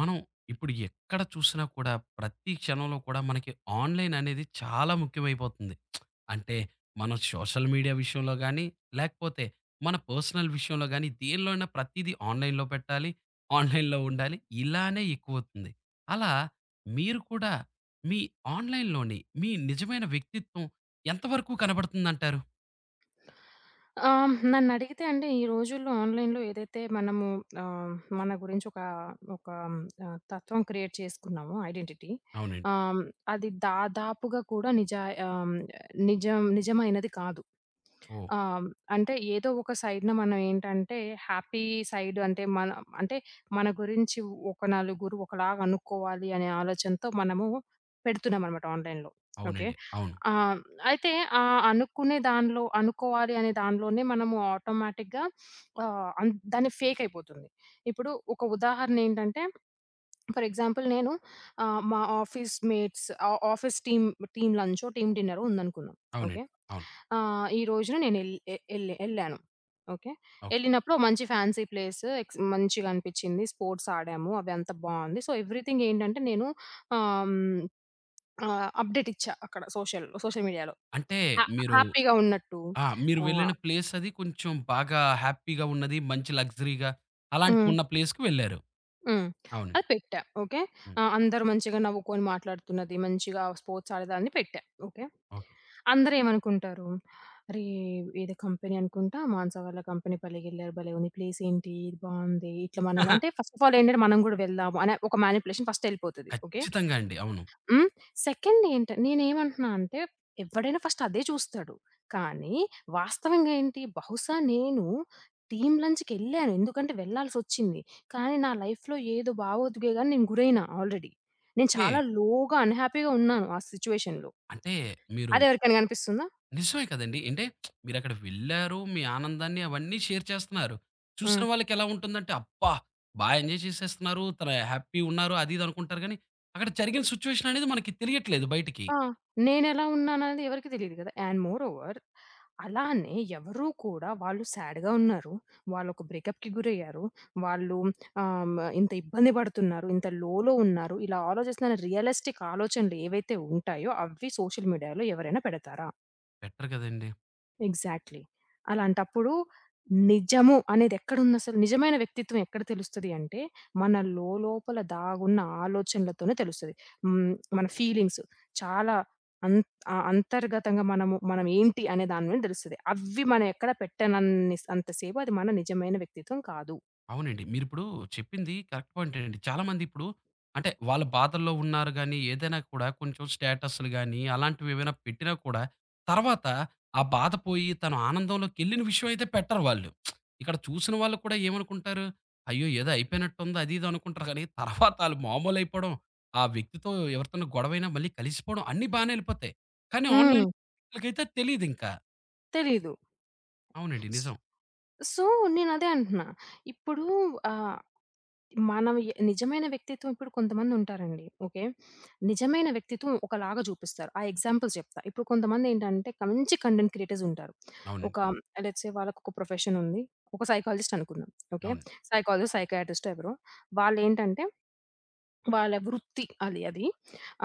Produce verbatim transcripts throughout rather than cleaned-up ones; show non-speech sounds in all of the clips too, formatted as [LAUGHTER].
మనం ఇప్పుడు ఎక్కడ చూసినా కూడా ప్రతి క్షణంలో కూడా మనకి ఆన్‌లైన్ అనేది చాలా ముఖ్యమైపోతుంది. అంటే మనం సోషల్ మీడియా విషయంలో గానీ, లేకపోతే మన పర్సనల్ విషయంలో గానీ, దేనిలో అయినా ప్రతీదీ ఆన్‌లైన్‌లో పెట్టాలి. ఆన్‌లైన్‌లో ఉండాలి. ఇలానే ఎక్కువవుతుంది. అలా మీరు కూడా మీ ఆన్‌లైన్‌లోని మీ నిజమైన వ్యక్తిత్వం ఎంత వరకు కనబడుతుందంటారు? ఆహ్, నన్నడిగితే అండి ఈ రోజుల్లో ఆన్‌లైన్‌లో ఏదైతే మనము ఆహ్, మన గురించి ఒక ఒక ఆహ్, తత్వం క్రియేట్ చేసుకున్నామో ఐడెంటిటీ, అవునండి. ఆహ్, అది దాదాపుగా కూడా నిజా ఆహ్, నిజం నిజమైనది కాదు. ఓహ్! ఆహ్, అంటే ఏదో ఒక సైడ్‌న మనం ఏంటంటే హ్యాపీ సైడ్ అంటే మన, అంటే మన గురించి ఒక నలుగురు ఒకలాగా అనుకోవాలి అనే ఆలోచనతో మనము పెడుతున్నామనమాట ఆన్‌లైన్‌లో. ఓకే. అవునండి. అవును. ఆహ్ అయితే ఆ అనుకునే దానిలో అనుకోవాలి అనే దానిలోనే మనము ఆటోమేటిక్‌గా ఆహ్, అన్ దాన్ని ఫేక్ అయిపోతుంది. ఇప్పుడు ఒక ఉదాహరణ ఏంటంటే, ఫర్ ఎగ్జాంపుల్ నేను ఆహ్, మా office mates, ah, office team, team లంచో, టీమ్ డిన్నరో ఉందనుకుందాం. ఓకే. అవునండి. అవును. ఆహ్, ఈ రోజున నేను ఎల్ ఎ ఎల్ ఎళ్ళాను. ఓకే. ఓకే. ఎళ్ళినప్పుడు ఓ మంచి ఫ్యాన్సీ ప్లేస్ ఎక్స్ మంచిగా అనిపించింది. స్పోర్ట్స్ ఆడాము. అవి అంతా బావుంది. సో, ఎవ్రీథింగ్ ఏంటంటే నేను ఆహ్, హ్మ్, ఆహ్, అప్‌డేట్ ఇచ్చా అక్కడ సోషల్ సోషల్ మీడియాలో. అంటే హ్యా మీరు హ్యాపీగా ఉన్నట్టు. ఆ! మీరు ఆ! వెళ్ళిన ప్లేస్ అది కొంచెం బాగా హ్యాపీగా ఉన్నది. మంచి లగ్జరీగా హ్మ్. అలాంటివున్న ప్లేస్‌కి వెళ్లారు. హ్మ్. అవునండి. అది పెట్టా. ఓకే. హ్మ్. ఆహ్, అందరూ మంచిగా నవ్వుకొని మాట్లాడుతున్నది, మంచిగా స్పోర్ట్స్ ఆడేదాన్ని పెట్టా. ఓకే. ఓకే. అందరూ ఏమనుకుంటారు, "అరే! ఏదో కంపెనీ అనుకుంటా, మానస వాళ్ళ కంపెనీ భలేగెళ్లారు, భలే ఉంది. ప్లేస్ ఏంటి? ఇది బావుంది." ఇట్లా [LAUGHS] మనం, అహా! అంటే ఫస్ట్ ఆఫ్ ఆల్ ఏంటంటే మనం గూడా వెళ్దాము అనే ఒక మ్యానిప్యులేషన్ ఫస్ట్ ఎళ్ళిపోతది. ఓకే. ఖచ్చితంగా అండి. అవును. హ్మ్. సెకండ్ ఏంట నేనేమంటున్నా అంటే, ఎవ్వడైనా ఫస్ట్ అదే చూస్తాడు. కానీ వాస్తవంగా ఏంటి, బహుశా నేను టీమ్ లంచ్‌కెళ్ళాను. ఎందుకంటే వెళ్ళాల్సొచ్చింది. కానీ నా లైఫ్‌లో ఏదో భావోద్వేగాన్ని నేను గురైనా ఆల్రెడీ. నేను ఓకే. చాలా లోగా అన్‌హ్యాపీగా ఉన్నాను ఆ సిట్యుయేషన్‌లో. అంటే మీరు అదెవరికైనా కనిపిస్తుందా? నిజమే కదండీ! అంటే మీరక్కడ వెళ్లారు. మీ ఆనందాన్ని అవన్నీ షేర్ చేస్తున్నారు. ఆ! చూసిన వాళ్ళకెలా ఉంటుందంటే, అబ్బా! బా ఎంజాయ్ చేసేస్తున్నారు. తన హ్యాపీ ఉన్నారు. అది ఇది అనుకుంటారు గానీ, అక్కడ జరిగిన సిట్యుయేషన్ అనేది మనకి తెలియట్లేదు బయటికి. ఆ! నేనెలా ఉన్నాననేది ఎవరికీ తెలీదు గదా! అండ్ మోర్ ఓవర్, అలానే ఎవరు కూడా, వాళ్ళు సాడ్‌గా ఉన్నారు. వాళ్ళొక బ్రేకప్‌కి గురయ్యారు. వాళ్ళు ఆహ్, ఇంత ఇబ్బంది పడుతున్నారు. ఇంత లోలో ఉన్నారు. ఇలా ఆలోచిస్తున్న రియలిస్టిక్ ఆలోచనలు ఏవైతే ఉంటాయో అవి సోషల్ మీడియాలో ఎవరైనా పెడతారా? బెటర్ కదండీ! ఎగ్జాక్ట్‌లీ. అలాంటప్పుడు నిజము అనేదెక్కడుందసలు? నిజమైన వ్యక్తిత్వం ఎక్కడ తెలుస్తది అంటే, మన లోలోపల దాగున్న ఆలోచనలతోనే తెలుస్తది. హ్మ్. మన ఫీలింగ్స్ చాలా అం ఆహ్, అంతర్గతంగా మనము, మనం ఏంటి అనే దాని మీద తెలుస్తది. అవి మనం ఎక్కడ పెట్టనన్ని అంత సేపు అది మన నిజమైన వ్యక్తిత్వం కాదు. అవునండి. మీరిప్పుడు చెప్పింది కరెక్ట్ పాయింటే అండి. చాలామంది ఇప్పుడు అంటే వాళ్ళ బాధల్లో ఉన్నారు గానీ, ఏదైనా కూడా కొంచెం స్టేటస్‌లు గానీ, అలాంటివేవైనా పెట్టినా కూడా తర్వాత ఆ బాధ పోయి తను ఆనందంలోకెళ్ళిన విషయం అయితే పెట్టరు వాళ్ళు. ఇక్కడ చూసిన వాళ్ళు కూడా ఏమనుకుంటారు, అయ్యో! ఏదో అయిపోయినట్టుంది అది ఇది అనుకుంటారు కానీ, తర్వాత ఆళ్ళు మామూలయిపోవడం, ఆ వ్యక్తితో ఎవరితోనో గొడవైనా మళ్ళీ కలిసిపోవడం అన్నీ బానే ఎళ్ళిపోతాయి. కానీ హ్మ్. ఆన్‌లైన్ వ్యక్తులకైతే తెలీదింకా. తెలీదు. అవునండి. స్ నిజం. సో, నేనదే అంటున్నా. ఇప్పుడు ఆహ్ మనం ఎ నిజమైన వ్యక్తిత్వం, ఇప్పుడు కొంతమందుంటారండి. ఓకే. నిజమైన వ్యక్తిత్వం ఒకలాగా చూపిస్తారు. ఆ ఎగ్జాంపుల్స్ చెప్తా. ఇప్పుడు కొంతమందేంటంటే క మంచి కంటెంట్ క్రియేటర్స్ ఉంటారు. అవునండి. ఒక లెట్స్ సే వాళ్ళకొక ప్రొఫెషన్ ఉంది. ఒక సైకాలజిస్ట్ అనుకుందాం. ఓకే. అవును. సైకాలజిస్ట్, సైకియాట్రిస్టో ఎవరో. వాళ్ళేంటంటే వాళ్ళ వృత్తి అది అది.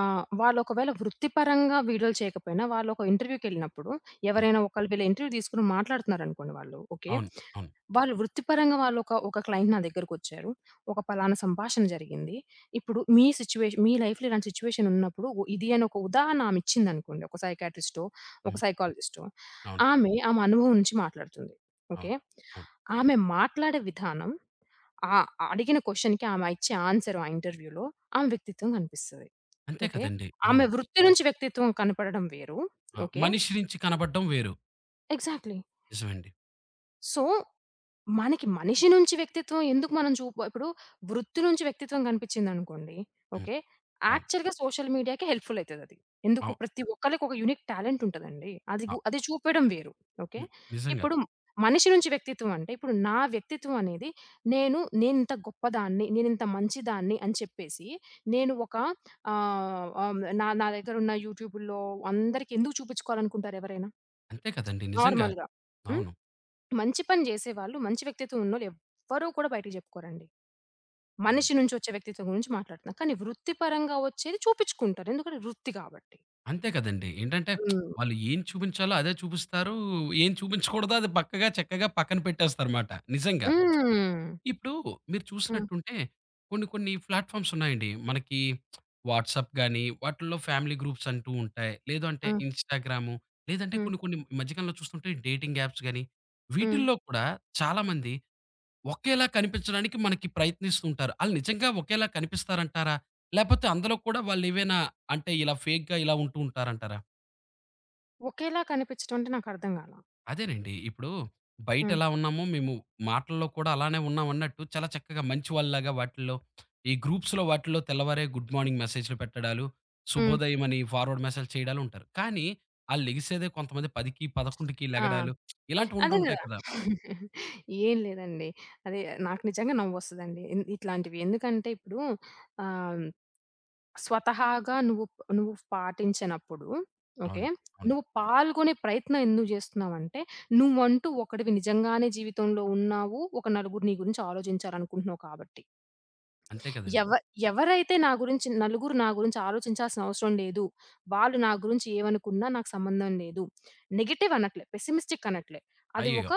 ఆహ్, వాళ్ళొకవేళ వృత్తిపరంగా వీడియోలు చేయకపోయినా, వాళ్ళొక ఇంటర్‌వ్యూకెళ్ళినప్పుడు హ్మ్. ఎవరైనా ఒకళ్ళు వీళ్ళ ఇంటర్‌వ్యూ తీసుకొని మాట్లాడుతున్నారనుకోండి వాళ్ళు. ఓకే. అవును. అవును. వాళ్ళు వృత్తిపరంగా వాళ్ళొక ఒక ఒక క్లయింట్ నా దగ్గరకొచ్చారు. ఒక పలానా సంభాషణ జరిగింది. ఇప్పుడు మీ సిట్యుయేషన్, మీ లైఫ్‌లో ఇలాంటి సిట్యుయేషన్ ఉన్నప్పుడు ఒ ఇది అని ఒక ఉదాహరణ ఆమె ఇచ్చిందనుకోండి. ఒక సైకియాట్రిస్టో, ఒక హ్మ్. సైకాలజిస్టో. అవును. ఆమె, ఆమె అనుభవం నుంచి మాట్లాడుతుంది. ఓకే. అవును. అవును. ఆమె మాట్లాడే విధానం, ఆ! అడిగిన క్వెషన్‌కి ఆమె ఇచ్చే ఆన్సర్, ఆ ఇంటర్వ్యూలో ఆమె వ్యక్తిత్వం కనిపిస్తది. అంతే ఓకే. కదండీ. ఆమె అవును. వృత్తి నుంచి వ్యక్తిత్వం కనపడడం వేరు. ఆ! ఓకే. మనిషి నుంచి కనపడడం వేరు. ఎగ్జాక్ట్‌లీ. నిజమండి. సో మనకి మనిషి నుంచి వ్యక్తిత్వం ఎందుకు మనం చూప ఇప్పుడు వృత్తి నుంచి వ్యక్తిత్వం కనిపించిందనుకోండి. హ్మ్. ఓకే. అవును. యాక్చువల్‌గా సోషల్ మీడియాకే హెల్ప్‌ఫుల్ అయితదది. ఎందుకు అవు ప్రతి ఒక్కళ్ళకి ఒక యూనిక్ టాలెంట్ ఉంటదండి. అది అ గు అది చూపడం వేరు. ఓకే. హ్మ్. నిజంగా. ఇప్పుడు మనిషి నుంచి వ్యక్తిత్వం అంటే, ఇప్పుడు నా వ్యక్తిత్వం అనేది నేను, నేనింత గొప్పదాన్ని, నేనింత మంచిదాన్ని అని చెప్పేసి నేను ఒక ఆహ్, ఆహ్, నా నా దగ్గరున్న యూట్యూబుల్లో అందరికి ఎందుకు చూపించుకోవాలనుకుంటారు ఎవరైనా? అంతే కదండీ. నిజంగా. నార్మల్‌గా. హ్మ్. అవును. మంచి పని జేసేవాళ్ళు, మంచి వ్యక్తిత్వం ఉన్నోళ్ళు ఎవ్వరూ కూడా బయటికి జెప్పుకోరండి. హ్మ్. మనిషి నుంచి వచ్చే వ్యక్తిత్వం గురించి మాట్లాడుతున్నా. కానీ వృత్తిపరంగా వచ్చేది చూపిచ్చుకుంటారు. ఎందుకంటే వృత్తి గాబట్టి. అంతే కదండీ. ఏంటంటే హ్మ్. వాళ్ళు ఏం చూపించాలో అదే చూపిస్తారు. ఏం చూపించకూడదో అది బక్కగా, చక్కగా పక్కన పెట్టేస్తారుమాట. నిజంగా. హ్మ్. ఇప్పుడు మీరు హ్మ్. చూసినట్టుంటే కొన్ని కొన్ని ప్లాట్‌ఫార్మ్స్ ఉన్నాయండి. మనకి వాట్సాప్ గాని, వాటిల్లో ఫ్యామిలీ గ్రూప్స్ అంటూ ఉంటాయి. లేదు అంటే హ్మ్. ఇన్‌స్టాగ్రాము, లేదంటే హ్మ్. కొన్ని కొన్ని ఈ మధ్య కాలంలో చూస్తుంటే డేటింగ్ యాప్స్ గాని, హ్మ్. వీటిల్లో కూడా చాలామంది ఒకేలా కనిపించడానికి మనకి ప్రయత్నిస్తూ ఉంటారు. ఆళ్ళు నిజంగా ఒకేలా కనిపిస్తారంటారా? లేపోతే అందులో కూడా వాళ్ళేవైనా అంటే ఇలా ఫేక్‌గా ఇలా ఉంటూ ఉంటారంటారా? ఒకేలా కనిపించడం అంటే నాకర్థం గాల. అదేనండి. ఇప్పుడు హ్మ్. బయటెలా ఉన్నామో మేము మాటల్లో కూడా అలానే ఉన్నామన్నట్టు చాలా చక్కగా మంచివాళ్ళలాగా వాటిల్లో ఈ గ్రూప్స్‌లో వాటిల్లో తెల్లవారే గుడ్ మార్నింగ్ మెసేజ్‌లు పెట్టడాలు, హ్మ్. శుభోదయం అని ఫార్వర్డ్ మెసేజ్ చేయడాలు ఉంటారు. కానీ ఆళ్ళెగిసేదే కొంతమంది పదికి, పదకొండుకి ఆ! లెగడాలు ఇలాంటివి అదే ఉంటుంటాయి గదా! కదా! ఏం లేదండి. అదే, నాకు నిజంగా నవ్వొస్తదండి ఇన్ ఇట్లాంటివి. ఎందుకంటే ఇప్పుడు ఆహ్, స్వతహాగా నువ్వు నువ్వు పాటించనప్పుడు, ఓకే. అవును. అవును. నువ్వు పాల్గొనే ప్రయత్నం ఎందుకు జేస్తున్నావంటే, నువ్వంటూ ఒకడివి నిజంగానే జీవితంలో ఉన్నావు. ఒక నలుగురు నీ గురించి ఆలోచించాలనుకుంటున్నావు కాబట్టి. అంతే కదండీ! ఎవ ఎవరైతే నా గురించి, నలుగురు నా గురించి ఆలోచించాల్సిన అవసరం లేదు. వాళ్ళు నా గురించి ఏమనుకున్నా నాకు సంబంధం లేదు. నెగెటివ్ అనట్లే. పెసిమిస్టిక్ అనట్లే. అది అయ్యయ్యో! ఒక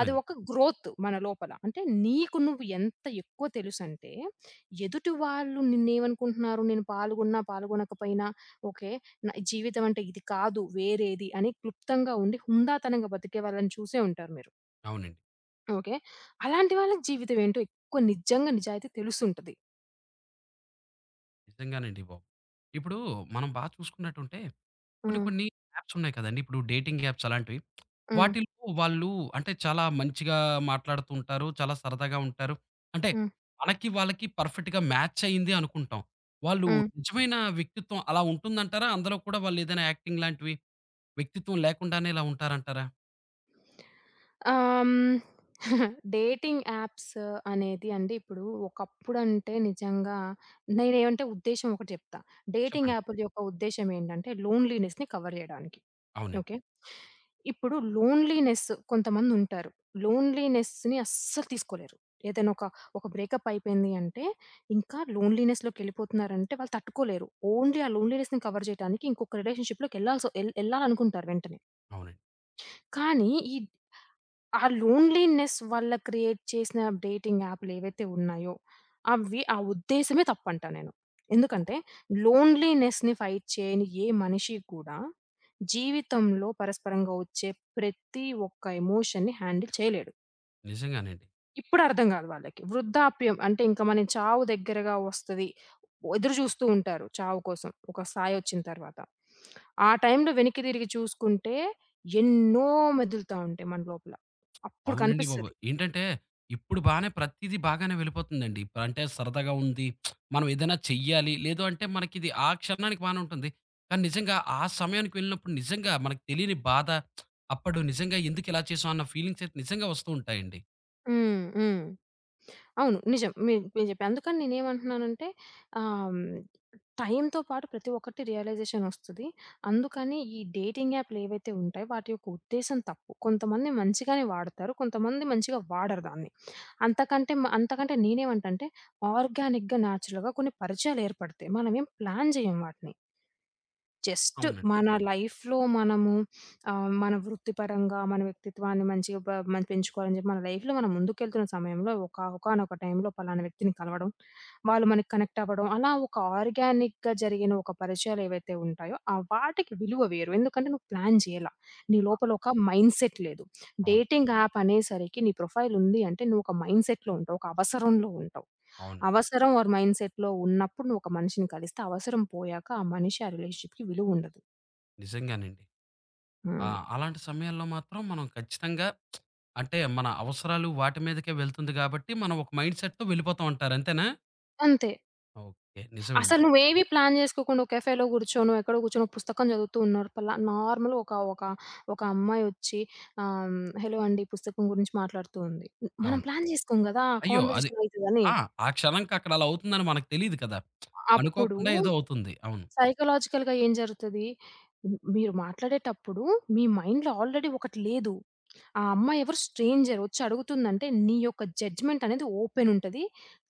అది ఒక గ్రోత్ మన లోపల. అంటే నీకు నువ్వు ఎంత ఎక్కువ తెలుసంటే, ఎదుటి వాళ్ళు నిన్నేమనుకుంటున్నారు, నేను పాల్గొన్నా, పాల్గొనకపోయినా, ఓకే. నా జీవితం అంటే ఇది కాదు వేరేది అని క్లుప్తంగా ఉండి హుందాతనంగా బతికే వాళ్ళని చూసే ఉంటారు మీరు. అవునండి. ఓకే. అలాంటి వాళ్ళకి జీవితం ఏంటో ఎక్కువ, నిజంగా నిజాయితీ తెలుసుంటది. నిజంగానండి బాబు. ఇప్పుడు మనం బా చూసుకున్నట్టుంటే కొన్ని హ్మ్. కొన్ని యాప్స్ ఉన్నాయి కదండీ! ఇప్పుడు డేటింగ్ యాప్స్ అలాంటివి. హ్మ్. వాటిల్లో వాళ్ళు అంటే చాలా మంచిగా మాట్లాడుతూ ఉంటారు. చాలా సరదాగా ఉంటారు. అంటే హ్మ్. మనకి వాళ్ళకి పర్ఫెక్ట్‌గా మ్యాచ్ అయింది అనుకుంటాం. వాళ్ళు హ్మ్. నిజమైన వ్యక్తిత్వం అలా ఉంటుందంటారా? అందులో కూడా వాళ్ళు ఏదైనా యాక్టింగ్ లాంటివి వ్యక్తిత్వం లేకుండానే ఇలా ఉంటారంటారా? ఆహ్, హ్మ్. [LAUGHS] డేటింగ్ యాప్స్ అనేది అండి, ఇప్పుడు ఒకప్పుడంటే నిజంగా నేనేమంటే ఉద్దేశ్యం ఒకటి చెప్తా. డేటింగ్ చెప్పండి. యాప్‌ల యొక్క ఉద్దేశ్యం ఏంటంటే లోన్‌లీనెస్‌ని కవర్ చేయడానికి. అవునండి. ఓకే. ఇప్పుడు లోన్‌లీనెస్ కొంతమందుంటారు. లోన్‌లీనెస్‌ని అస్సలు తీసుకోలేరు. ఏదైనా ఒక, ఒక బ్రేకప్ అయిపోయింది అంటే ఇంకా లోన్‌లీనెస్‌లోకెళ్ళిపోతున్నారంటే వాళ్ళు తట్టుకోలేరు. ఓన్లీ ఆ లోన్‌లీనెస్‌ని కవర్ చేయడానికి ఇంకొక రిలేషన్‌షిప్‌లోకెళ్ళాల్సొ ఎల్ ఎళ్ళాలనుకుంటారు వెంటనే. అవునండి. కానీ ఈ ఆ లోన్‌లీనెస్ వల్ల క్రియేట్ చేసిన డేటింగ్ యాప్‌లేవైతే ఉన్నాయో, అవి ఆ ఉద్దేశమే తప్పంటా నేను. ఎందుకంటే, లోన్‌లీనెస్‌ని ఫైట్ చేయని ఏ మనిషి కూడా జీవితంలో పరస్పరంగా వచ్చే ప్రతి ఒక్క ఎమోషన్‌ని హ్యాండిల్ చేయలేడు. నిజంగానండి. ఇప్పుడు అర్థం కాదు వాళ్ళకి. వృద్ధాప్యం అంటే ఇంక మనం చావు దగ్గరగా వస్తది. ఎదురు చూస్తూ ఉంటారు చావు కోసం, ఒక స్థాయి వచ్చిన తర్వాత. ఆ టైంలో వెనక్కి తిరిగి చూసుకుంటే ఎన్నో మెదులుతా ఉంటాయి మన లోపల. అప్పుడు అవునండి బాబు. కనిపిస్తది. ఏంటంటే, ఇప్పుడు బానే ప్రతీదీ బాగానే వెళ్ళిపోతుందండి. ఇప్పుడంటే సరదాగా ఉంది. మనం ఏదైనా చెయ్యాలి, లేదు అంటే మనకిది ఆ క్షణానికి బానే ఉంటుంది. కానీ నిజంగా ఆ సమయానికి వెళ్ళినప్పుడు నిజంగా మనకు తెలియని బాధ, అప్పుడు నిజంగా ఎందుకిలా చేశాం అన్న ఫీలింగ్స్ అయితే నిజంగా వస్తూ ఉంటాయండి. హ్మ్. హ్మ్. అవును. నిజం. మీరు మీరు చెప్పారు. అందుకని నేనేమంటున్నానంటే ఆహ్, టైమ్‌తో పాటు ప్రతి ఒక్కటి రియలైజేషన్ ఒస్తది. అందుకని ఈ డేటింగ్ యాప్‌లు ఏవైతే ఉంటాయో వాటి యొక్క ఉద్దేశ్యం తప్పు. కొంతమంది మంచిగానే వాడతారు. కొంతమంది మంచిగా వాడరు దాన్ని. అంతకంటే మ అంతకంటే నేనేమంటంటే ఆర్గానిక్‌గా, న్యాచురల్‌గా కొన్ని పరిచయాలు ఏర్పడతాయి. మనమేం ప్లాన్ జేయం వాటిని. జస్ట్ అవునండి. మన లైఫ్‌లో మనము ఆహ్, మన వృత్తిపరంగా మన వ్యక్తిత్వాన్ని మంచిగా బ మనం పెంచుకోవాలని చెప్పి మన లైఫ్‌లో మనం ముందుకెళ్తున్న సమయంలో ఒక ఒకానొక టైంలో పలానా వ్యక్తిని కలవడం, వాళ్ళు మనకి కనెక్ట్ అవ్వడం, అలా ఒక ఆర్గానిక్‌గా జరిగిన ఒక పరిచయాలు ఏవైతే ఉంటాయో ఆ వాటికి విలువ వేరు. ఎందుకంటే నువ్వు ప్లాన్ చేయల. నీ లోపల ఒక మైండ్‌సెట్ లేదు. అవును. డేటింగ్ యాప్ అనేసరికి నీ ప్రొఫైల్ ఉంది అంటే నువ్వు ఒక మైండ్‌సెట్‌లో ఉంటావు. ఒక అవసరంలో ఉంటావు. అవునండి. అవసరం ఆర్ మైండ్ సెట్‌లో ఉన్నప్పుడు నువ్వు ఒక మనిషిని కలిస్తే, అవసరం పోయాక ఆ మనిషి, ఆ రిలేషన్‌షిప్‌కి విలువుండదు. నిజంగానండి. ఆ! హ్మ్. అలాంటి సమయాల్లో మాత్రం మనం ఖచ్చితంగా అంటే మన అవసరాలు వాటి మీదకే వెళ్తుంది గాబట్టి, మనం ఒక మైండ్‌సెట్‌తో వెళ్ళిపోతాం అంటారు. అంతేనా? అంతే. ఓకే. నిజమండి. అసలు నువ్వేవి ప్లాన్ జేసుకోకుండా ఒక కేఫేలో కూర్చోనో, ఎక్కడో కూర్చొని ఒక పుస్తకం చదువుతూ ఉన్నారు. పలా నార్మల్‌గా ఒక ఒక ఒక అమ్మాయొచ్చి ఆహ్, హెలో అండి పుస్తకం గురించి మాట్లాడుతూ ఉంది. మనం అవును. ప్లాన్ జేసుకోం గదా, అయ్యో! అది కాన్వర్జేషన్ అయితదని. ఆ! ఆ క్షణంకి అక్కడ అలా అవుతుందని మనకు తెలీదు కదా! అప్పుడు అనుకోకుండా ఏదో అవుతుంది. అవును. సైకలాజికల్‌గా ఏం జరుగుతది? మీరు మాట్లాడేటప్పుడు మీ మైండ్‌లో ఆల్రెడీ ఒకటి లేదు. ఆ అమ్మాయి ఎవరు స్ట్రేంజర్ వచ్చి అడుగుతుందంటే, నీ యొక్క జడ్జ్‌మెంట్ అనేది ఓపెన్ ఉంటది.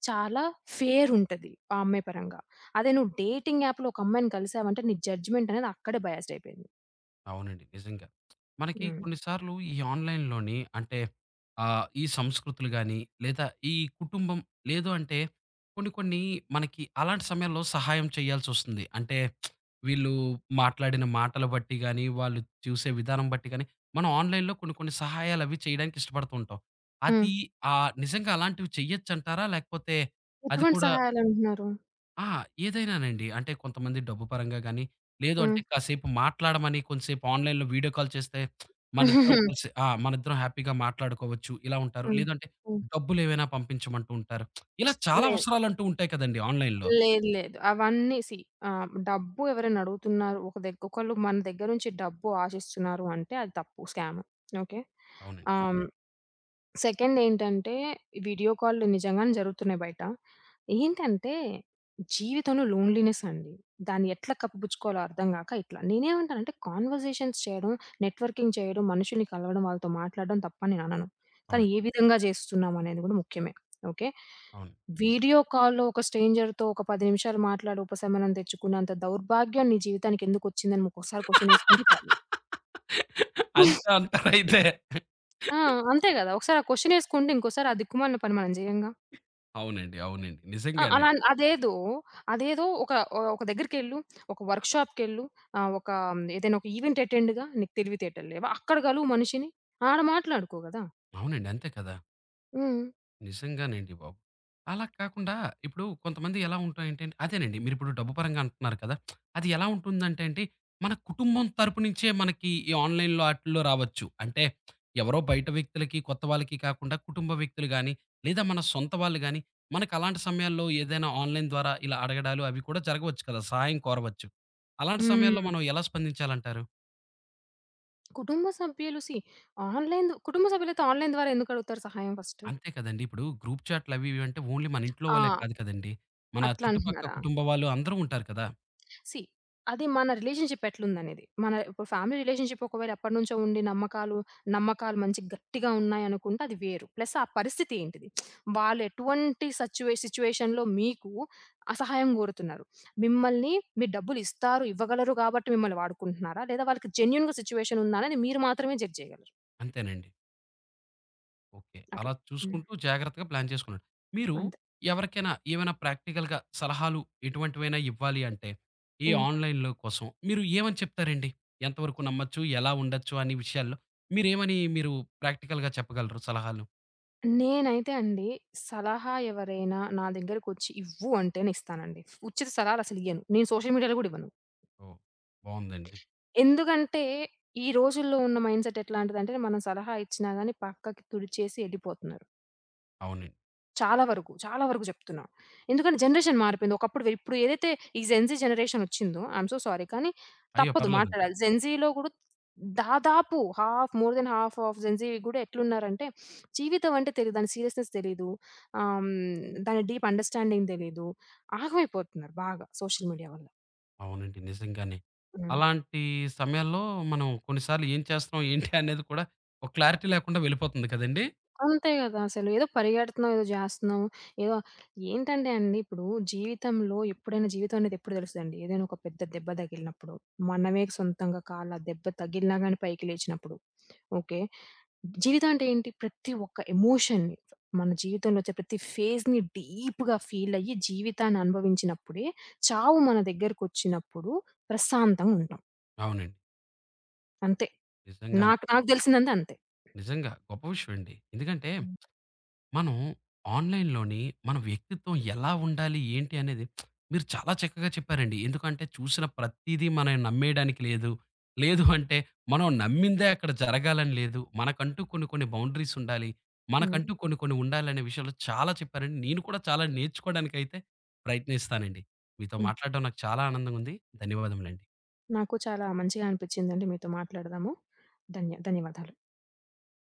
చాలా ఫెయిర్ ఉంటది ఆ అమ్మాయి పరంగా. అదే నువ్వు డేటింగ్ యాప్‌లో ఒక అమ్మాయిని కలిసావంటే, నీ జడ్జ్‌మెంట్ అనేది అక్కడే బయాస్డ్ అయిపోయింది. అవునండి. నిజంగా. మనకి హ్మ్. కొన్ని సార్లు ఈ ఆన్‌లైన్‌లోని అంటే ఆహ్, ఈ సంస్కృతులు గాని, లేదా ఈ కుటుంబం లేదు అంటే కొన్ని కొన్ని మనకి అలాంటి సమయాల్లో సహాయం చేయాల్సొస్తుంది. అంటే వీళ్ళు మాట్లాడిన మాటలు బట్టి గాని, వాళ్ళు చూసే విధానం బట్టి గాని, మనం ఆన్‌లైన్‌లో కొన్ని కొన్ని సహాయాలవి చేయడానికి ఇష్టపడుతూ ఉంటాం. హ్మ్. అది ఆహ్, నిజంగా అలాంటివి చెయ్యొచ్చంటారా? లేకపోతే అది ఎటువంటి కూడా సహాయాలంటున్నారు? ఆ! ఏదైనానండి. అంటే కొంతమంది డబ్బు పరంగా గాని, లేదు హ్మ్. అంటే కాసేపు మాట్లాడమని కొంతసేపు ఆన్‌లైన్‌లో వీడియో కాల్ చేస్తే [LAUGHS] మనిద్దరం హ్మ్. కలిసి ఆ! మనిద్దరం హ్యాపీగా మాట్లాడుకోవచ్చు. ఇలా ఉంటారు. హ్మ్. హ్మ్. లేదంటే [LAUGHS] డబ్బులేవైనా పంపించమంటూ ఉంటారు. ఇలా చాలా లే అవసరాలంటూ ఉంటాయి కదండీ ఆన్‌లైన్‌లో. లేదు లేదు. అవన్నీ సీ, ఆహ్, డబ్బు ఎవరైనా అడుగుతున్నారు. ఒక దగ్ ఒకళ్ళు మన దగ్గర నుంచి డబ్బు ఆశిస్తున్నారు అంటే అది తప్పు. స్కామ్. ఓకే. అవునండి. ఆహ్, అవును. సెకండ్ ఏంటంటే వీడియో కాల్‌లు నిజంగానే జరుగుతున్నాయి బయట. ఏంటంటే జీవితంలో లోన్‌లీనెస్ అండి. దాన్ని ఎట్లా కప్పిపుచ్చుకోవాలో అర్థం గాక ఇట్లా. నేనేమంటానంటే కాన్వర్జేషన్స్ చేయడం, నెట్వర్కింగ్ చేయడం, మనుషుల్ని కలవడం, వాళ్ళతో మాట్లాడడం తప్పని నేను అనను. కానీ అవును. ఏ విధంగా జేస్తున్నామనేది గూడా ముఖ్యమే. ఓకే. అవును. వీడియో కాల్‌లో ఒక స్ట్రేంజర్‌తో ఒక పది నిమిషాలు మాట్లాడి ఉపశమనం తెచ్చుకున్నంత దౌర్భాగ్యం నీ జీవితానికి ఎందుకొచ్చిందని ఒకసారి క్వెషన్ ఏసుకుంటే చాలు. అంతే అంటారైతే. ఆ! అంతే గదా! ఒకసారి ఆ క్వెషన్ ఏసుకుంటే ఇంకోసారి ఆ దిక్కుమాలిన పని మనం జేయంగా. అవునండి. అవునండి. ఆ! నిజంగానే. అలా అదేదో అదేదో ఒక ఆహ్, ఒక దగ్గరికెళ్ళు, ఒక వర్క్‌షాప్‌కెళ్ళు, ఆహ్, ఒక ఏదైనా ఒక ఈవెంట్ అటెండ్‌గా, నీకు తెలివితేటలు లేవా? అక్కడ గలువు మనిషిని. ఆడ మాట్లాడుకో గదా! అవునండి. అంతే కదా! హ్మ్. నిజంగానండి బాబు. అలా కాకుండా ఇప్పుడు కొంతమంది ఎలా ఉంటాయంటే అండి, అదేనండి మీరిప్పుడు డబ్బు పరంగా అంటున్నారు కదా! అది ఎలా ఉంటుందంటే అండి, మన కుటుంబం తరపు నుంచే మనకి ఈ ఆన్‌లైన్‌లో ఆటిల్లో రావచ్చు. అంటే ఎవరో బయట వ్యక్తులకి, కొత్త వాళ్ళకి కాకుండా కుటుంబ వ్యక్తులు గాని, లేదా మన సొంత వాళ్ళు గాని, మనకు అలాంటి సమయాల్లో ఏదైనా ఆన్‌లైన్ ద్వారా ఇలా అడగడాలు అవి కూడా జరగవచ్చు కదా! సహాయం కోరవచ్చు. అలాంటి హ్మ్. సమయాల్లో మనం ఎలా స్పందించాలంటారు? కుటుంబ సభ్యులు సీ, ఆన్‌లైన్ కుటుంబ సభ్యులైతే ఆన్‌లైన్ ద్వారా ఎందుకు అడుగుతారు సహాయం ఫస్ట్? అంతే కదండీ! ఇప్పుడు గ్రూప్ చాట్‌లు అవి ఇవి అంటే ఓన్లీ మన ఇంట్లో ఆ! వాళ్ళే కాదు కదండీ! మన అట్లా చుట్టుపక్క అంటున్నారా? కుటుంబ వాళ్ళు అందరూ ఉంటారు కదా! సీ, అది మన రిలేషన్‌షిప్ ఎట్లుందనేది. మన ఇప్పుడు ఫ్యామిలీ రిలేషన్‌షిప్ ఒకవేళ ఎప్పటినుంచో ఉండి నమ్మకాలు, నమ్మకాలు మంచి గట్టిగా ఉన్నాయనుకుంటే అది వేరు. ప్లస్ ఆ పరిస్థితి ఏంటిది? వాళ్ళు ఎటువంటి సచ్యువే సిచ్యుయేషన్‌లో మీకు ఆ సహాయం కోరుతున్నారు. మిమ్మల్ని, మీరు డబ్బులిస్తారు, ఇవ్వగలరు కాబట్టి మిమ్మల్ని వాడుకుంటున్నారా? లేదా వాళ్ళకి జెన్యూన్‌గా సిచ్యుయేషన్ ఉందా అనేది మీరు మాత్రమే జడ్జ్ చేయగలరు. అంతేనండి. ఓకే. అలా అట్లా. హ్మ్. చూసుకుంటూ జాగ్రత్తగా ప్లాన్ చేసుకున్నాడు. మీరు అంతే. ఎవరికైనా ఏమైనా ప్రాక్టికల్‌గా సలహాలు ఎటువంటివైనా ఇవ్వాలి అంటే, ఈ హ్మ్. ఆన్‌లైన్‌లో కోసం మీరు ఏమని చెప్తారండి? ఎంతవరకు నమ్మొచ్చు? ఎలా ఉండొచ్చు? అనే విషయాల్లో మీరేమని మీరు ప్రాక్టికల్‌గా చెప్పగలరు సలహాలు? నేనైతే అండి, సలహా ఎవరైనా నా దగ్గరకొచ్చి ఇవ్వు అంటే నేనిస్తానండి. ఉచిత సలహాలసలియ్యను. నేను సోషల్ మీడియాలో గూడా ఇవ్వను. ఓహ్! బావుందండి. ఎందుకంటే, ఈ రోజుల్లో ఉన్న మైండ్‌సెట్ ఎట్లాంటిదంటే, మనం సలహా ఇచ్చినా గాని పక్కకి తుడిచేసి ఎళ్ళిపోతున్నారు. అవునండి. చాలా వరకు, చాలా వరకు చెప్తున్నా. ఎందుకంటే జనరేషన్ మారిపోయింది. ఒకప్పుడు వె ఇప్పుడు ఏదైతే ఈ జెన్‌జీ జనరేషన్ వచ్చిందో, ఐ యామ్ సో సారీ కానీ అయ్యో! తప్పదు పర్లేదండి. మాట్లాడాలి. జెన్‌జీలో కూడా దాదాపు half, more than half of Gen Z కూడా ఎట్లున్నారంటే, జీవితం అంటే తెలీదు. దాని సీరియస్‌నెస్ తెలీదు. ఆహ్, హ్మ్, దాని డీప్ అండర్‌స్టాండింగ్ తెలీదు. ఆగమైపోతున్నారు బాగా సోషల్ మీడియా వల్ల. అవునండి. నిజంగానే. హ్మ్. అలాంటి సమయాల్లో మనం కొన్నిసార్లు ఏం చేస్తున్నాం? ఏంటి? అనేది కూడా ఒక క్లారిటీ లేకుండా వెళ్ళిపోతుంది కదండీ! అంతే గదా అసలు! ఏదో పరిగెడుతున్నాం, ఏదో జేస్తున్నాం. ఏదో ఏంటంటే అండి, ఇప్పుడు జీవితంలో ఎప్పుడైనా జీవితం అనేది ఎప్పుడు తెలుస్తదండి? ఏదైనా ఒక పెద్ద దెబ్బ తగిలినప్పుడు. మనమే సొంతంగా కాళ్ళ దెబ్బ తగిలినా గాని పైకి లేచినప్పుడు. ఓకే. జీవితం అంటే ఏంటి? ప్రతి ఒక్క ఎమోషన్‌ని, మన జీవితంలో వచ్చే ప్రతి ఫేజ్‌ని డీప్‌గా ఫీల్ అయ్యి, జీవితాన్ని అనుభవించినప్పుడే, చావు మన దగ్గరకొచ్చినప్పుడు ప్రశాంతంగుంటాం. అవునండి. అంతే. నిజంగానే. నాకు నాకు తెలిసిందంతా అంతే. నిజంగా గొప్ప విషయం అండి. ఎందుకంటే హ్మ్. మనం ఆన్‌లైన్‌లోని మన వ్యక్తిత్వం ఎలా ఉండాలి? ఏంటి? అనేది మీరు చాలా చక్కగా చెప్పారండి. ఎందుకంటే చూసిన ప్రతీదీ మనం నమ్మేయడానికి లేదు. లేదు అంటే మనం నమ్మిందే అక్కడ జరగాలని లేదు. మనకంటూ కొన్ని కొన్ని బౌండరీస్ ఉండాలి. హ్మ్. మనకంటూ కొన్ని కొన్ని ఉండాలనే విషయాలు చాలా చెప్పారండి. నేను కూడా చాలా నేర్చుకోవడానికైతే ప్రయత్నిస్తానండి. మీతో హ్మ్. మాట్లాడడం నాకు చాలా ఆనందంగా ఉంది. ధన్యవాదములండి. నాకు చాలా మంచిగా అనిపించిందండి మీతో మాట్లాడదాము. ధన్య ధన్యవాదాలు.